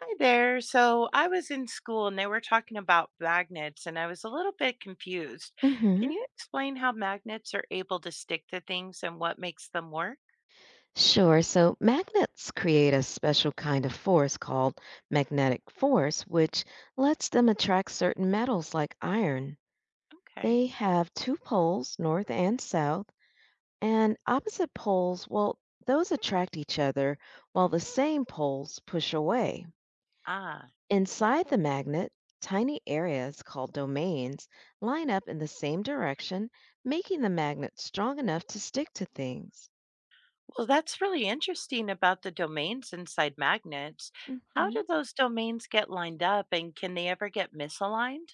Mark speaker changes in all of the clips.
Speaker 1: Hi there. So I was in school and they were talking about magnets, and I was a little bit confused.
Speaker 2: Hmm.
Speaker 1: Can you explain how magnets are able to stick to things and what makes them work?
Speaker 2: Sure. So magnets create a special kind of force called magnetic force, which lets them attract certain metals like iron.
Speaker 1: Okay.
Speaker 2: They have two poles, north and south, and opposite poles, well, those attract each other while the same poles push away.
Speaker 1: Ah,
Speaker 2: Inside the magnet, tiny areas called domains line up in the same direction, making the magnet strong enough to stick to things.
Speaker 1: well, that's really interesting about the domains inside magnets. How do
Speaker 2: Mhm.
Speaker 1: those domains get lined up and can they ever get misaligned?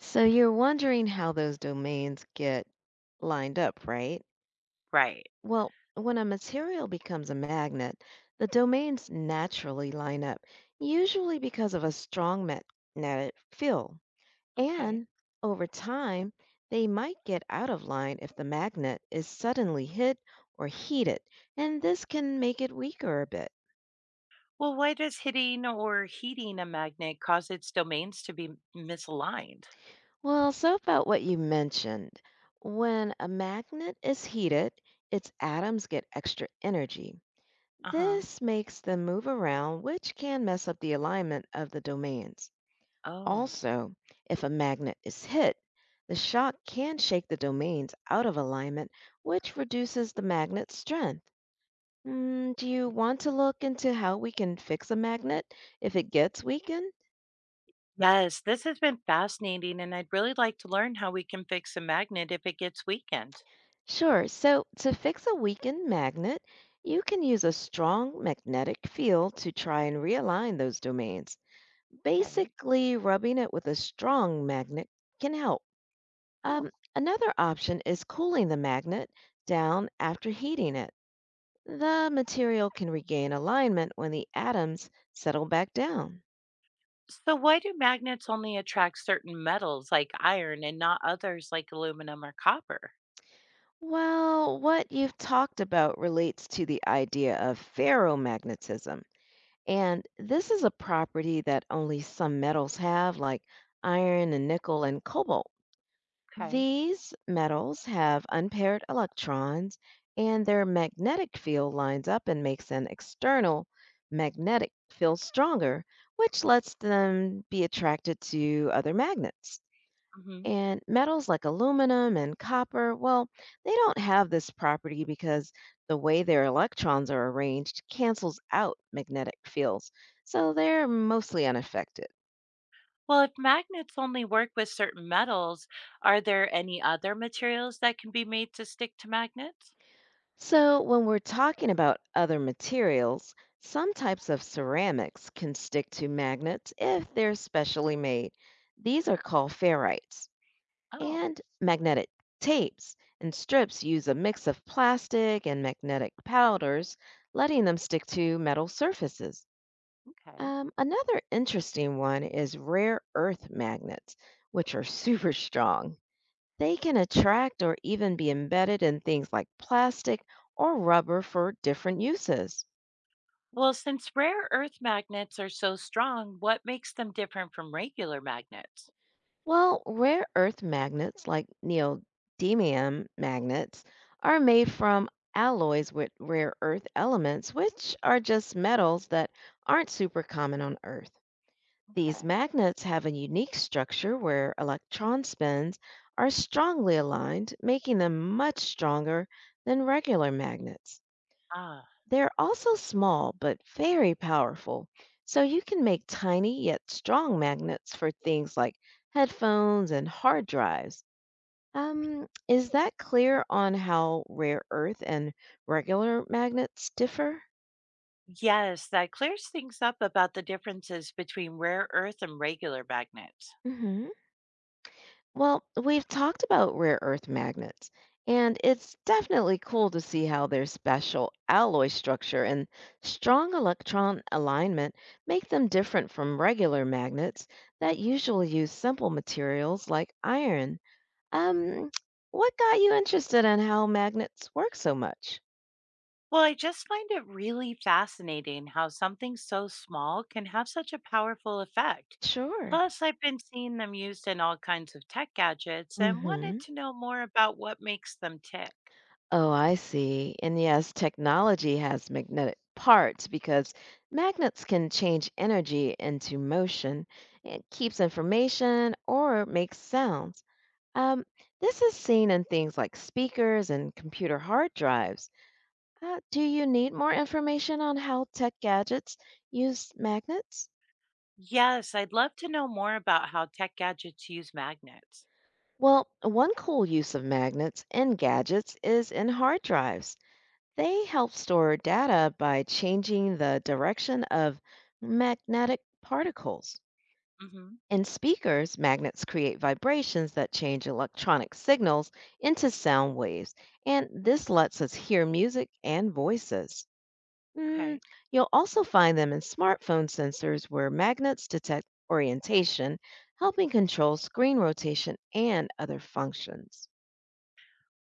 Speaker 2: So you're wondering how those domains get lined up, right?
Speaker 1: Right.
Speaker 2: Well, when a material becomes a magnet, the domains naturally line up, usually because of a strong magnetic field.
Speaker 1: Okay.
Speaker 2: And over time, they might get out of line if the magnet is suddenly hit or heated, and this can make it weaker a bit.
Speaker 1: Well, why does hitting or heating a magnet cause its domains to be misaligned?
Speaker 2: Well, so about what you mentioned. When a magnet is heated, its atoms get extra energy.
Speaker 1: Uh huh.
Speaker 2: This makes them move around, which can mess up the alignment of the domains.
Speaker 1: Oh.
Speaker 2: Also, if a magnet is hit, the shock can shake the domains out of alignment, which reduces the magnet's strength. Mm, do you want to look into how we can fix a magnet if it gets weakened?
Speaker 1: Yes, this has been fascinating, and I'd really like to learn how we can fix a magnet if it gets weakened.
Speaker 2: Sure. So, to fix a weakened magnet, you can use a strong magnetic field to try and realign those domains.
Speaker 1: Okay.
Speaker 2: Basically, rubbing it with a strong magnet can help.
Speaker 1: Oh.
Speaker 2: Another option is cooling the magnet down after heating it. The material can regain alignment when the atoms settle back down.
Speaker 1: So, why do magnets only attract certain metals like iron and not others like aluminum or copper?
Speaker 2: Well, what you've talked about relates to the idea of ferromagnetism. And this is a property that only some metals have, like iron and nickel and cobalt.
Speaker 1: Okay.
Speaker 2: These metals have unpaired electrons, and their magnetic field lines up and makes an external magnetic field stronger, which lets them be attracted to other magnets.
Speaker 1: Hmm.
Speaker 2: And metals like aluminum and copper, well, they don't have this property because the way their electrons are arranged cancels out magnetic fields, so they're mostly unaffected.
Speaker 1: Well, if magnets only work with certain metals, are there any other materials that can be made to stick to magnets?
Speaker 2: So, when we're talking about other materials, some types of ceramics can stick to magnets if they're specially made. These are called ferrites.
Speaker 1: Oh.
Speaker 2: And magnetic tapes and strips use a mix of plastic and magnetic powders, letting them stick to metal surfaces.
Speaker 1: Okay.
Speaker 2: Another interesting one is rare earth magnets, which are super strong. They can attract or even be embedded in things like plastic or rubber for different uses.
Speaker 1: Well, since rare earth magnets are so strong, what makes them different from regular magnets?
Speaker 2: Well, rare earth magnets like neodymium magnets are made from alloys with rare earth elements, which are just metals that aren't super common on Earth. These
Speaker 1: Okay.
Speaker 2: magnets have a unique structure where electron spins are strongly aligned, making them much stronger than regular magnets.
Speaker 1: Ah.
Speaker 2: They're also small but very powerful, so you can make tiny yet strong magnets for things like headphones and hard drives. Is that clear on how rare earth and regular magnets differ?
Speaker 1: Yes, that clears things up about the differences between rare earth and regular magnets.
Speaker 2: Mm-hmm. Well, we've talked about rare earth magnets, and it's definitely cool to see how their special alloy structure and strong electron alignment make them different from regular magnets that usually use simple materials like iron. Um, what got you interested in how magnets work so much?
Speaker 1: Well, I just find it really fascinating how something so small can have such a powerful effect.
Speaker 2: Sure.
Speaker 1: Plus, I've been seeing them used in all kinds of tech gadgets and wanted
Speaker 2: Mm-hmm.
Speaker 1: to know more about what makes them tick.
Speaker 2: Oh, I see. And yes, technology has magnetic parts because magnets can change energy into motion. It keeps information or makes sounds. Um, this is seen in things like speakers and computer hard drives. Do you need more information on how tech gadgets use magnets?
Speaker 1: Yes, I'd love to know more about how tech gadgets use magnets.
Speaker 2: Well, one cool use of magnets in gadgets is in hard drives. They help store data by changing the direction of magnetic particles.
Speaker 1: Hmm.
Speaker 2: In speakers, magnets create vibrations that change electronic signals into sound waves, and this lets us hear music and voices. Mm,
Speaker 1: Okay.
Speaker 2: you'll also find them in smartphone sensors where magnets detect orientation, helping control screen rotation and other functions.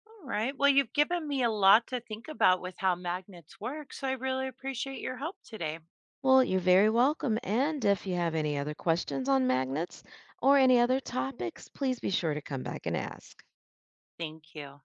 Speaker 1: All right. Well, you've given me a lot to think about with how magnets work, so I really appreciate your help today.
Speaker 2: Well, you're very welcome. And if you have any other questions on magnets or any other topics, please be sure to come back and ask.
Speaker 1: Thank you.